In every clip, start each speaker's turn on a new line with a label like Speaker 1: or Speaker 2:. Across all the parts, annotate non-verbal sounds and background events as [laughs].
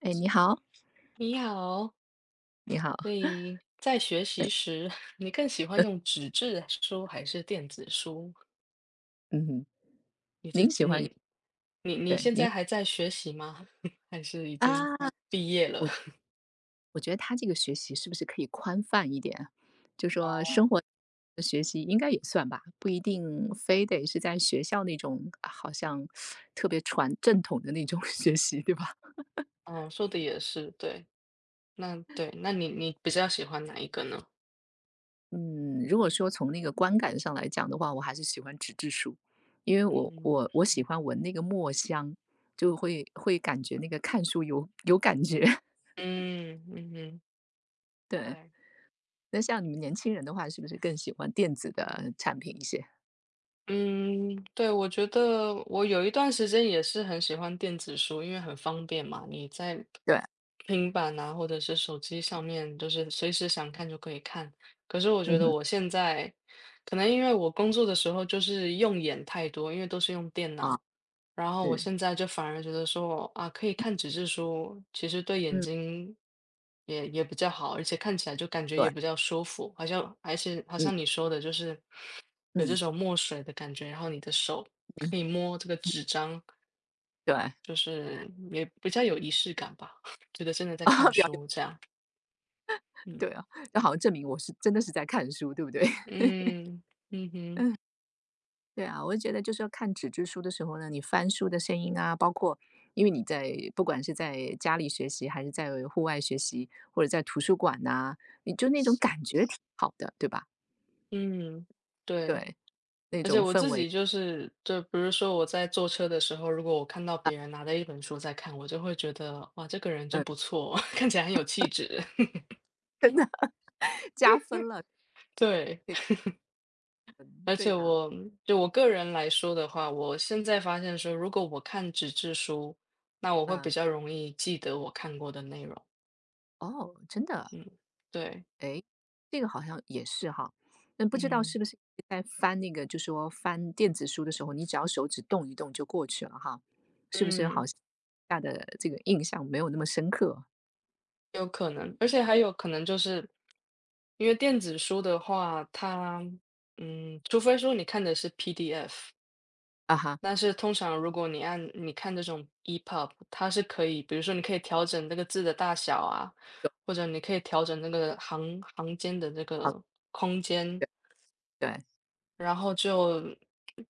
Speaker 1: 哎，你好，
Speaker 2: 你好，
Speaker 1: 你好，
Speaker 2: 所以在学习时，[laughs] 你更喜欢用纸质书还是电子书？
Speaker 1: 嗯哼，
Speaker 2: 你这
Speaker 1: 您喜欢
Speaker 2: 你你你
Speaker 1: 对，
Speaker 2: 现
Speaker 1: 您
Speaker 2: 在还在学习吗？[laughs] 还是已经
Speaker 1: 啊，
Speaker 2: 毕业了？
Speaker 1: 我觉得他这个学习是不是可以宽泛一点？就
Speaker 2: [laughs]
Speaker 1: 说
Speaker 2: 哦，
Speaker 1: 生活的学习应该也算吧，不一定非得是在学校那种啊好像特别传正统的那种 [laughs] 学习，对吧？
Speaker 2: 嗯，说的也是，对，那你比较喜欢哪一个呢？
Speaker 1: 嗯，如果说从那个观感上来讲的话，我还是喜欢纸质书，因为我
Speaker 2: 嗯
Speaker 1: 我我喜欢闻那个墨香，就会感觉那个看书有感觉，[laughs]
Speaker 2: 嗯嗯嗯，
Speaker 1: 对。
Speaker 2: 对。
Speaker 1: 那像你们年轻人的话，是不是更喜欢电子的产品一些？
Speaker 2: 嗯，对，我觉得我有一段时间也是很喜欢电子书，因为很方便嘛，你在
Speaker 1: 对，
Speaker 2: 平板啊或者是手机上面，就是随时想看就可以看。可是我觉
Speaker 1: 嗯
Speaker 2: 得
Speaker 1: 哼，
Speaker 2: 我现在可能因为我工作的时候就是用眼太多，因为都是用电
Speaker 1: 啊，
Speaker 2: 脑，然后我
Speaker 1: 是，
Speaker 2: 现在就反而觉得说，啊，可以看纸质书，其实对眼
Speaker 1: 嗯，
Speaker 2: 睛也比较好，而且看起来就感觉
Speaker 1: 对，
Speaker 2: 也比较舒服，好像而且好
Speaker 1: 嗯
Speaker 2: 像你说的，就是有这
Speaker 1: 嗯，
Speaker 2: 种墨水的感觉，然后你的手可以摸这个纸张，
Speaker 1: 对，[laughs]
Speaker 2: 就是也比较有仪式感吧，[laughs] 觉得真的在
Speaker 1: 啊，
Speaker 2: 看
Speaker 1: 比较有
Speaker 2: 书这样。嗯。
Speaker 1: 对啊，那好像证明我是真的是在看书，对不对？[laughs]
Speaker 2: 嗯嗯哼，
Speaker 1: 嗯，对啊，我就觉得就是要看纸质书的时候呢，你翻书的声音啊，包括因为你在不管是在家里学习，还是在户外学习，或者在图书馆呐、你就那种感觉挺好的，对吧？
Speaker 2: 嗯，对。
Speaker 1: 对，那
Speaker 2: 而且
Speaker 1: 种
Speaker 2: 我
Speaker 1: 氛
Speaker 2: 自
Speaker 1: 围，
Speaker 2: 己就是，就比如说我在坐车的时候，如果我看到
Speaker 1: 嗯
Speaker 2: 别人拿着一本书在看，我就会觉得哇，这个人真
Speaker 1: 嗯，
Speaker 2: 不错，[laughs] 看起来很有气质。[laughs]
Speaker 1: 加分了，
Speaker 2: 对，而
Speaker 1: 对
Speaker 2: 且
Speaker 1: 呀、
Speaker 2: 就我个人来说的话，我现在发现说，如果我看纸质书，那我会比
Speaker 1: 嗯，
Speaker 2: 较容易记得我看过的内容。
Speaker 1: 哦，真的，
Speaker 2: 嗯，对，
Speaker 1: 诶，这个好像也是哈，那不知道
Speaker 2: 嗯
Speaker 1: 是不是在翻那个就说翻电子书的时候，你只要手指动一动就过去了哈，是不是好
Speaker 2: 嗯，
Speaker 1: 像下的这个印象没有那么深刻？
Speaker 2: 有可能，而且还有可能就是因为电子书的话，除非说你看的是 PDF。
Speaker 1: 啊哈，
Speaker 2: 但是通常如果你看这种 EPUB，它是可以，比如说你可以调整那个字的大小啊，
Speaker 1: 对，
Speaker 2: 或者你可以调整那个行间的这
Speaker 1: 好，
Speaker 2: 个空间，
Speaker 1: 对对，
Speaker 2: 然后就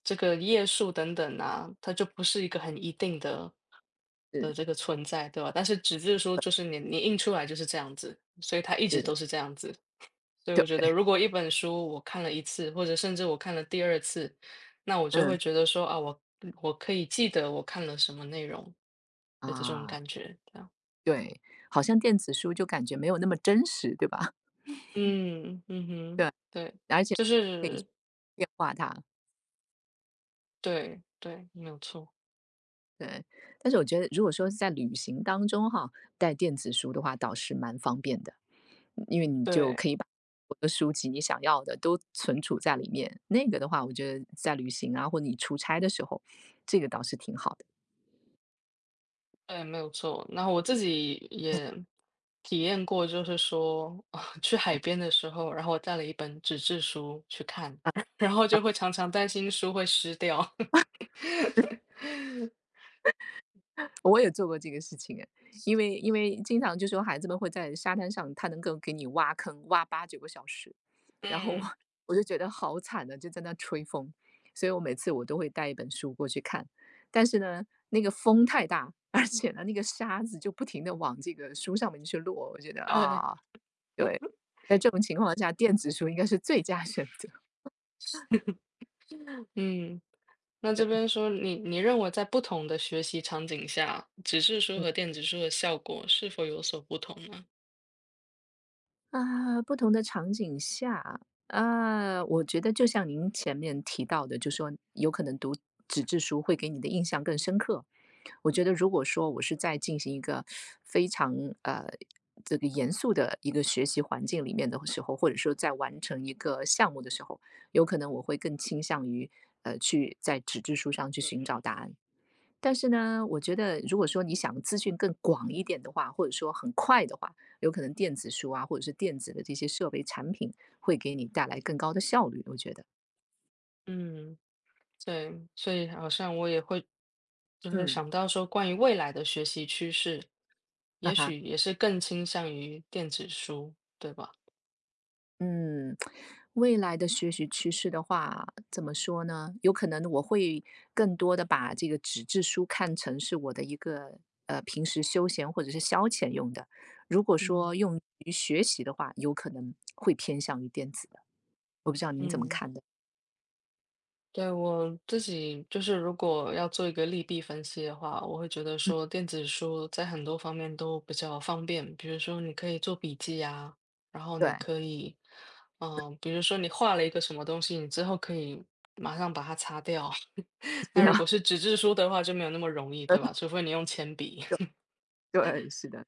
Speaker 2: 这个页数等等啊，它就不是一个很一定的
Speaker 1: 是
Speaker 2: 这个存在，对吧？但是纸质书就是你你印出来就是这样子，所以它一直
Speaker 1: 是，
Speaker 2: 都是这样子。所以我觉
Speaker 1: 对，
Speaker 2: 得，如果一本书我看了一次，或者甚至我看了第二次，那我就会
Speaker 1: 嗯，
Speaker 2: 觉得说啊，我可以记得我看了什么内容的这种
Speaker 1: 啊，
Speaker 2: 感觉，这样。
Speaker 1: 对，好像电子书就感觉没有那么真实，对吧？
Speaker 2: 嗯
Speaker 1: [laughs]
Speaker 2: 嗯哼，
Speaker 1: 对，
Speaker 2: 对，
Speaker 1: 而且
Speaker 2: 就
Speaker 1: 可以去
Speaker 2: 是
Speaker 1: 变化它。
Speaker 2: 对对，没有错，
Speaker 1: 对，但是我觉得如果说是在旅行当中哈，带电子书的话倒是蛮方便的，因为你就可
Speaker 2: 对
Speaker 1: 以把我的书籍你想要的都存储在里面。那个的话，我觉得在旅行啊，或者你出差的时候，这个倒是挺好的。
Speaker 2: 对，没有错。然后我自己也体验过，就是说 [laughs] 去海边的时候，然后我带了一本纸质书去看，[laughs] 然后就会常常担心书会湿掉。[laughs]
Speaker 1: 我也做过这个事情哎，因为经常就说孩子们会在沙滩上，他能够给你挖坑，挖八九个小时，然后我
Speaker 2: 嗯。
Speaker 1: 我就觉得好惨的，就在那吹风，所以我每次我都会带一本书过去看，但是呢，那个风太大，而且呢，那个沙子就不停的往这个书上面去落，我觉得
Speaker 2: 对，
Speaker 1: 啊，对，在这种情况下，电子书应该是最佳选择。嗯。
Speaker 2: 嗯，那这边说你认为在不同的学习场景下，纸质书和电子书的效果是否有所不同呢？
Speaker 1: 啊，不同的场景下，啊，我觉得就像您前面提到的，就说有可能读纸质书会给你的印象更深刻。我觉得如果说我是在进行一个非常呃这个严肃的一个学习环境里面的时候，或者说在完成一个项目的时候，有可能我会更倾向于去在纸质书上去寻找答案。但是呢，我觉得如果说你想资讯更广一点的话，或者说很快的话，有可能电子书啊，或者是电子的这些设备产品，会给你带来更高的效率，我觉得。
Speaker 2: 嗯，对，所以好像我也会就是
Speaker 1: 嗯，
Speaker 2: 想到说，关于未来的学习趋势，
Speaker 1: 啊
Speaker 2: 也
Speaker 1: 哈，
Speaker 2: 许也是更倾向于电子书，对吧？
Speaker 1: 嗯，未来的学习趋势的话，怎么说呢？有可能我会更多的把这个纸质书看成是我的一个平时休闲或者是消遣用的。如果说
Speaker 2: 嗯
Speaker 1: 用于学习的话，有可能会偏向于电子的。我不知道您怎么
Speaker 2: 嗯。
Speaker 1: 看的？
Speaker 2: 对，我自己就是如果要做一个利弊分析的话，我会觉得
Speaker 1: 嗯，
Speaker 2: 说电子书在很多方面都比较方便，比如说你可以做笔记啊，然后你
Speaker 1: 对。
Speaker 2: 可以，比如说你画了一个什么东西，你之后可以马上把它擦掉。
Speaker 1: [laughs]
Speaker 2: [laughs]
Speaker 1: 对
Speaker 2: 那如果
Speaker 1: 啊，
Speaker 2: 是纸质书的话，就没有那么容易，对吧？除非你用铅笔。
Speaker 1: 对对，是的，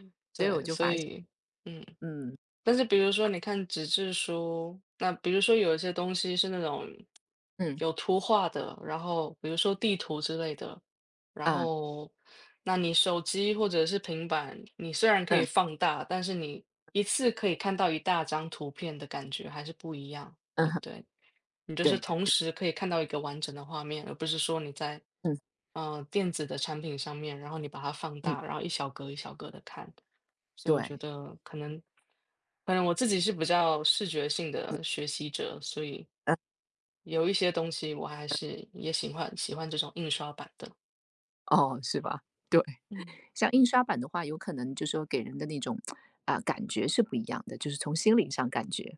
Speaker 2: [laughs]
Speaker 1: 所以我
Speaker 2: 对，
Speaker 1: 就
Speaker 2: 所
Speaker 1: 发现，
Speaker 2: 以，嗯。
Speaker 1: 嗯
Speaker 2: 但是比如说你看纸质书，那比如说有一些东西是那种
Speaker 1: 嗯
Speaker 2: 有图画的，然后比如说地图之类的，然
Speaker 1: 嗯
Speaker 2: 后那你手机或者是平板，你虽然可以
Speaker 1: 嗯
Speaker 2: 放大，但是你一次可以看到一大张图片的感觉还是不一样，
Speaker 1: 嗯
Speaker 2: 对不
Speaker 1: 哼
Speaker 2: 对？你就是
Speaker 1: 对的，
Speaker 2: 同
Speaker 1: 对，
Speaker 2: 时可以看到一个完整的画面，而不是说你在
Speaker 1: 嗯
Speaker 2: 电子的产品上面，然后你把它放
Speaker 1: 嗯，
Speaker 2: 大，然后一小格一小格的看。所以我觉
Speaker 1: 对，
Speaker 2: 得可能，反正我自己是比较视觉性
Speaker 1: 嗯
Speaker 2: 的学习者，所以
Speaker 1: 嗯，
Speaker 2: 有一些东西我还是也喜欢这种印刷版的。
Speaker 1: 哦，是吧？对，
Speaker 2: 嗯
Speaker 1: 像印刷版的话，有可能就是说给人的那种啊、感觉是不一样的，就是从心理上感觉。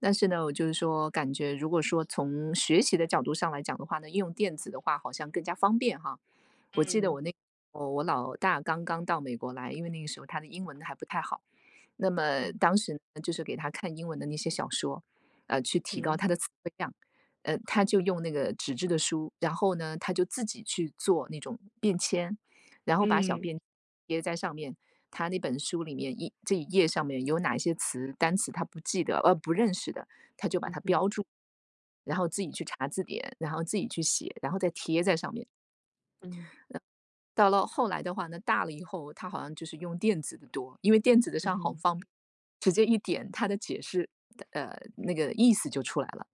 Speaker 1: 但是呢，我就是说，感觉如果说从学习的角度上来讲的话呢，用电子的话好像更加方便哈。我记得
Speaker 2: 嗯
Speaker 1: 我那我我老大刚刚到美国来，因为那个时候他的英文还不太好，那么
Speaker 2: 嗯
Speaker 1: 当时呢，就是给他看英文的那些小说，去提高
Speaker 2: 嗯
Speaker 1: 他的词汇量。他就用那个纸质的书，然后呢，他就自己去做那种便签，然后把小
Speaker 2: 嗯
Speaker 1: 便贴在上面。他那本书里面这一页上面有哪些单词他不记得呃不认识的，他就把它
Speaker 2: 嗯嗯
Speaker 1: 标注，然后自己去查字典，然后自己去写，然后再贴在上面。
Speaker 2: 嗯
Speaker 1: 到了后来的话呢，大了以后，他好像就是用电子的多，因为电子的
Speaker 2: 嗯
Speaker 1: 上好
Speaker 2: 嗯
Speaker 1: 方便，直接一点它的解释，那个意思就出来了。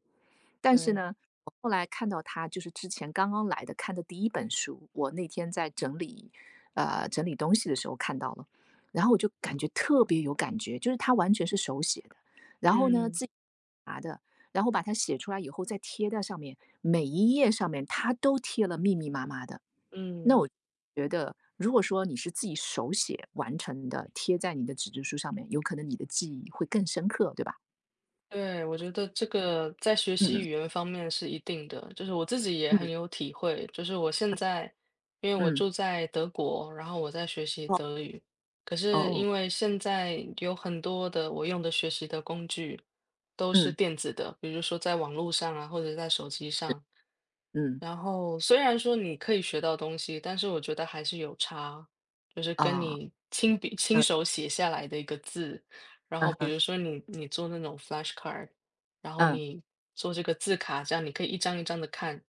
Speaker 1: 但是
Speaker 2: 对，
Speaker 1: 呢，我后来看到他就是之前刚刚来的看的第一本书，我那天在整理，整理东西的时候看到了，然后我就感
Speaker 2: 嗯。
Speaker 1: 觉特别有感觉，就是他完全是手写的，然后呢
Speaker 2: 嗯
Speaker 1: 自己拿的，然后把它写出来以后再贴在上面，每一页上面他都贴了密密麻麻的。那
Speaker 2: 嗯。
Speaker 1: 我觉得，如果说你是自己手写完成的，贴在你的纸质书上面，有可能你的记忆会更深刻，对吧？
Speaker 2: 对，我觉得这个在学习
Speaker 1: 嗯
Speaker 2: 语言方面是一定的，就是我自己也
Speaker 1: 嗯
Speaker 2: 很有体会。就是我现在，因为我
Speaker 1: 嗯，
Speaker 2: 住在德国，然后我在学习
Speaker 1: 哦，
Speaker 2: 德语，可是
Speaker 1: 哦，
Speaker 2: 因为现在有很多的我用的学习的工具都是
Speaker 1: 嗯
Speaker 2: 电子的，比如说在网络上啊，或者在手机上。
Speaker 1: 嗯
Speaker 2: 然后虽然说你可以学到东西，但是我觉得还是有差，就是跟
Speaker 1: 啊，
Speaker 2: 你亲笔亲
Speaker 1: 嗯
Speaker 2: 手写下来的一个字，然
Speaker 1: 嗯
Speaker 2: 后比
Speaker 1: 哼
Speaker 2: 如说你你做那种 flashcard，然后
Speaker 1: 嗯，
Speaker 2: 你做这个字卡，这样你可以一张一张的看，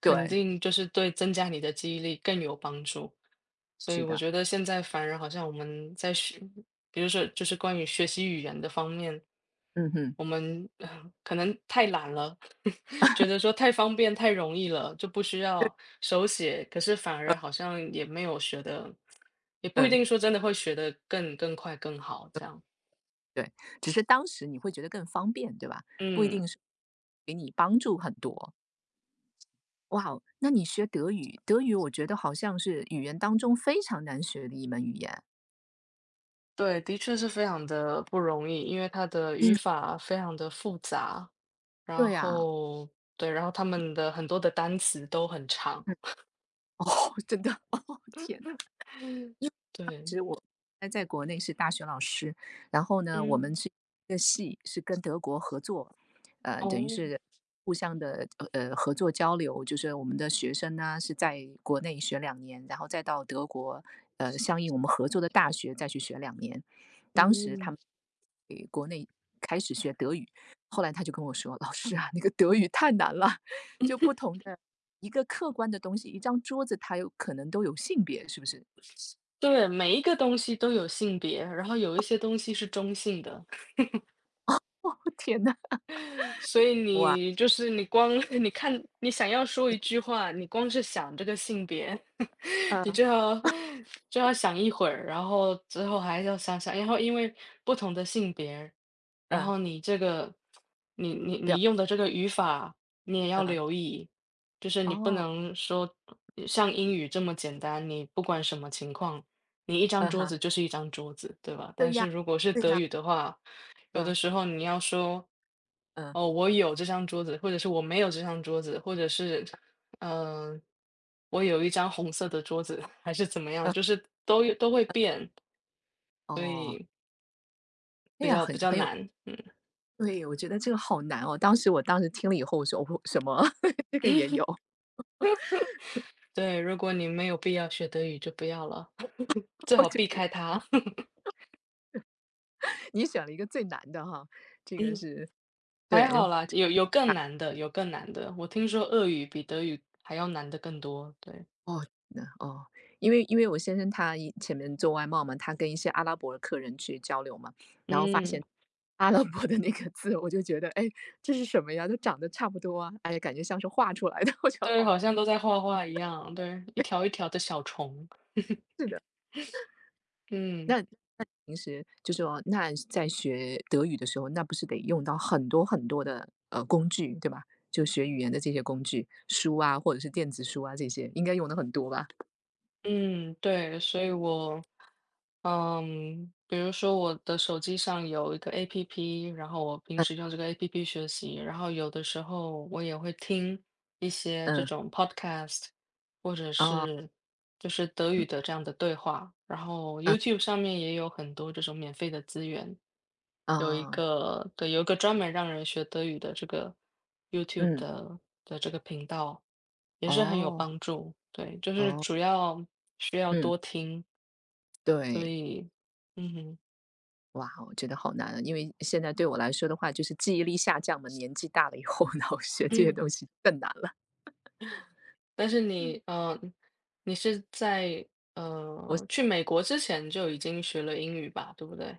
Speaker 2: 肯
Speaker 1: 对，
Speaker 2: 定就是对增加你的记忆力更有帮助。所以我觉得现在反而好像我们在学，比如说就是关于学习语言的方面，
Speaker 1: 嗯哼
Speaker 2: 我们可能太懒了，[laughs] 觉得说太方便太容易了，就不需要手写，可是反而好像也没有学的，也不一
Speaker 1: 嗯
Speaker 2: 定说真的会学的更快更好这样。
Speaker 1: 对，只是当时你会觉得更方便，对吧？不一
Speaker 2: 嗯，
Speaker 1: 定是给你帮助很多。哇哦，那你学德语，德语我觉得好像是语言当中非常难学的一门语言。
Speaker 2: 对，的确是非常的不容易，因为它的
Speaker 1: 嗯，
Speaker 2: 语法非常的复杂，然
Speaker 1: 对啊，
Speaker 2: 后对，然后他们的很多的单词都很长，
Speaker 1: 嗯，[laughs] 哦，真的，[laughs] 哦天。
Speaker 2: 对，
Speaker 1: 那在国内是大学老师，然后呢，我们
Speaker 2: 嗯，
Speaker 1: 是一个系是跟德国合作，呃，等于
Speaker 2: 哦，
Speaker 1: 是互相的合作交流，就是我们的学生呢是在国内学两年，然后再到德国呃相应我们合作的大学再去学两年。当时他
Speaker 2: 嗯，
Speaker 1: 们开始学德语，后来他就跟我说：“老师啊，那个德语太难了，就不同的一个客观的东西，一张桌子它有可能都有性别，是不是？”
Speaker 2: 对，每一个东西都有性别，然后有一些东西是中性的，
Speaker 1: [laughs] 哦，天呐，
Speaker 2: 所以你就是你光 [laughs] 你看你想要说一句话，你光是想这个性别，你
Speaker 1: 嗯
Speaker 2: 就要想一会儿，然后之后还要想想，然后因为不同的性别，然
Speaker 1: 嗯，
Speaker 2: 后你这个你你
Speaker 1: 表
Speaker 2: 你用的这个语法你也要
Speaker 1: 嗯，
Speaker 2: 留意，就是你不
Speaker 1: 哦。
Speaker 2: 能说像英语这么简单，你不管什么情况，你一张
Speaker 1: 嗯
Speaker 2: 桌
Speaker 1: 哼。
Speaker 2: 子就是一张桌子，对吧？
Speaker 1: 对
Speaker 2: 但
Speaker 1: 呀，
Speaker 2: 是如果是
Speaker 1: 对
Speaker 2: 德
Speaker 1: 呀。
Speaker 2: 语的话，有
Speaker 1: 嗯，
Speaker 2: 的时候你要说。
Speaker 1: 嗯，
Speaker 2: 哦，我有这张桌子，或者是我没有这张桌子，或者是嗯，我有一张红色的桌子，[laughs] 还是怎么样，
Speaker 1: 嗯，
Speaker 2: 就是都有都会变，所
Speaker 1: 哦，
Speaker 2: 以
Speaker 1: 哎
Speaker 2: 比
Speaker 1: 呀，
Speaker 2: 较
Speaker 1: 很
Speaker 2: 比较
Speaker 1: 很有
Speaker 2: 难。嗯，
Speaker 1: 对，我觉得这个好难哦。当时我当时听了以后，我说：“哦，什么 [laughs]？这个也
Speaker 2: [laughs]
Speaker 1: 有？”
Speaker 2: 对，如果你没有必要学德语，就不要了，[laughs]
Speaker 1: [laughs]
Speaker 2: 最
Speaker 1: 我
Speaker 2: 好
Speaker 1: 就
Speaker 2: 避
Speaker 1: 不要
Speaker 2: 开它。[laughs]
Speaker 1: 你选了一个最难的哈，
Speaker 2: 嗯，还好
Speaker 1: 对，
Speaker 2: 啦，有更
Speaker 1: 啊，
Speaker 2: 难的，有更难的。我听说俄语比德语还要难的更多。对，
Speaker 1: 哦，那哦，因为我先生他以前面做外贸嘛，他跟一些阿拉伯的客人去交流嘛，然后发
Speaker 2: 嗯，
Speaker 1: 现阿拉伯的那个字，我就觉得，哎，这是什么呀？都长得差不多啊，哎呀感觉像是画出来的，[laughs] 我觉得
Speaker 2: 对，
Speaker 1: 好
Speaker 2: 好
Speaker 1: 难，
Speaker 2: 像都在画画一样，对，一条一条的小虫。[laughs]
Speaker 1: 是的，
Speaker 2: 嗯
Speaker 1: 那是就说那在学德语的时候，那不是得用到很多很多的，呃，工具，对吧？就学语言的这些工具，书啊，或者是电子书啊这些，应该用的很多吧？
Speaker 2: 嗯，对，所以我比如说我的手机上有一个 APP，然后我平
Speaker 1: 嗯
Speaker 2: 时用这个 APP 学习，然后有的时候我也会听一些这
Speaker 1: 嗯，
Speaker 2: 种 podcast，或者
Speaker 1: 啊
Speaker 2: 是就是德语的这样的对话，然后 YouTube 上面也有很多这种免费的资源，有一
Speaker 1: 啊
Speaker 2: 个，对，有一个专门让人学德语的这个 YouTube
Speaker 1: 嗯，
Speaker 2: 的这个频道，也是很有
Speaker 1: 哦，
Speaker 2: 帮助，对，就是
Speaker 1: 哦，
Speaker 2: 主要需要
Speaker 1: 嗯，
Speaker 2: 多听。所
Speaker 1: 对。
Speaker 2: 以，嗯哼，
Speaker 1: 哇哦，我觉得好难啊，因为现在对我来说的话，就是记忆力下降嘛，年纪大了以后，[laughs] 然后学这些
Speaker 2: 嗯，
Speaker 1: 东西更难了。
Speaker 2: 但是
Speaker 1: 嗯，
Speaker 2: 你是在
Speaker 1: 我
Speaker 2: 去美国之前就已经学了英语吧，对不对？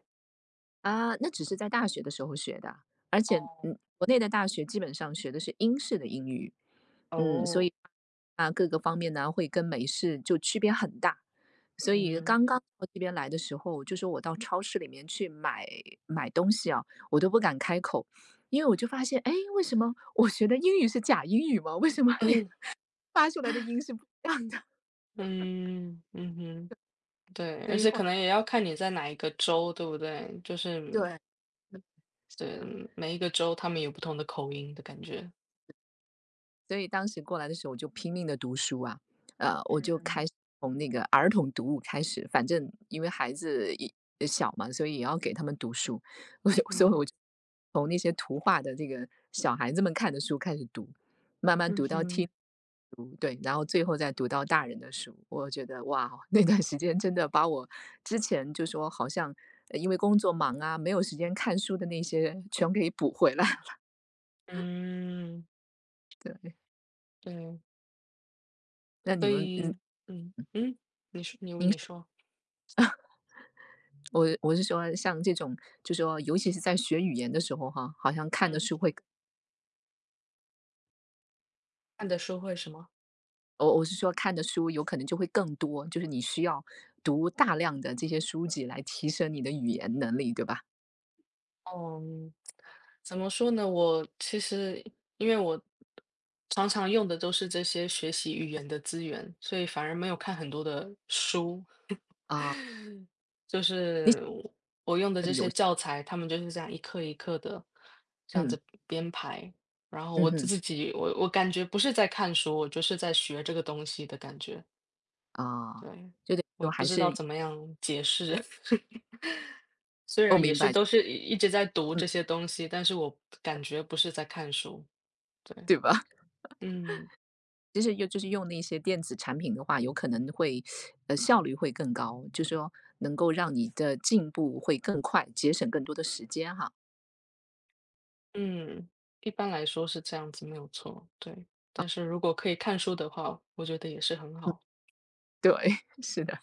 Speaker 1: 啊，那只是在大学的时候学的，而且，
Speaker 2: 哦
Speaker 1: 嗯，国内的大学基本上学的是英式的英语，嗯，所
Speaker 2: 哦，
Speaker 1: 以啊，各个方面呢会跟美式就区别很大。所以
Speaker 2: 嗯
Speaker 1: 刚刚到这边来的时候，就说我到超市里面去买东西啊，我都不敢开口，因为我就发现，哎，为什么我学的英语是假英语吗？为什么你
Speaker 2: [clears throat]
Speaker 1: 发出来的音是不一样的？
Speaker 2: 嗯嗯哼，对，
Speaker 1: 所
Speaker 2: 而
Speaker 1: 以
Speaker 2: 且
Speaker 1: 后
Speaker 2: 可
Speaker 1: 来
Speaker 2: 能也要看你在哪一个州，对不对？就是
Speaker 1: 对，是的。
Speaker 2: 对每一个州，他们有不同的口音的感觉。
Speaker 1: 所以当时过来的时候，我就拼命的读书啊，我就开
Speaker 2: 嗯
Speaker 1: 始从那个儿童读物开始，反正因为孩子也小嘛，所以也要给他们读书，[laughs] 我就
Speaker 2: 嗯
Speaker 1: 所以
Speaker 2: 哼
Speaker 1: 我就从那些图画的这个小孩子们看的书开始读，慢慢
Speaker 2: 嗯
Speaker 1: 读到听
Speaker 2: 哼
Speaker 1: 读，对，然后最后再读到大人的书。我觉得哇哦，那段时间真的把我之前就说好像因为工作忙啊，没有时间看书的那些全给补回来。[laughs]
Speaker 2: 嗯，
Speaker 1: 对，
Speaker 2: 对，
Speaker 1: 那你
Speaker 2: 所
Speaker 1: 们嗯，
Speaker 2: 以嗯嗯，你说你你
Speaker 1: 您
Speaker 2: 说，
Speaker 1: 我是说像这种，就说尤其是在学语言的时候哈，好像看的
Speaker 2: 嗯，
Speaker 1: 书会，
Speaker 2: 看的书会什么？
Speaker 1: 我是说看的书有可能就会更多，就是你需要读大量的这些书籍来提升你的语言能力，对吧？
Speaker 2: 嗯，怎么说呢？我其实因为我常常用的都是这些学习语言的资源，所以反而没有看很多的书。就
Speaker 1: 你
Speaker 2: 是我用的
Speaker 1: 很
Speaker 2: 这
Speaker 1: 有
Speaker 2: 些教材，他们就是这样一课一课的这样
Speaker 1: 嗯
Speaker 2: 子编排。然后
Speaker 1: 嗯
Speaker 2: 我
Speaker 1: 哼
Speaker 2: 自己，我感觉不是在看书，我就是在学这个东西的感觉。
Speaker 1: 啊，
Speaker 2: 对，
Speaker 1: 就得说
Speaker 2: 我不
Speaker 1: 还
Speaker 2: 知道
Speaker 1: 是
Speaker 2: 怎么样解释。[laughs] 虽
Speaker 1: 我
Speaker 2: 然也
Speaker 1: 明
Speaker 2: 是
Speaker 1: 白，
Speaker 2: 都是一直在读
Speaker 1: 嗯，
Speaker 2: 这些东西，但是我感觉不是在看书。对，
Speaker 1: 对吧？[laughs]
Speaker 2: 嗯
Speaker 1: 其实就是用那些电子产品的话，有可能会效率会更高，就说能够让你的进步会更快，节省更多的时间哈。
Speaker 2: 嗯，一般来说是这样子，没有错，对。但是如果可以看书的话，我觉得也是很
Speaker 1: 嗯，
Speaker 2: 好。
Speaker 1: 对，[laughs] 是的。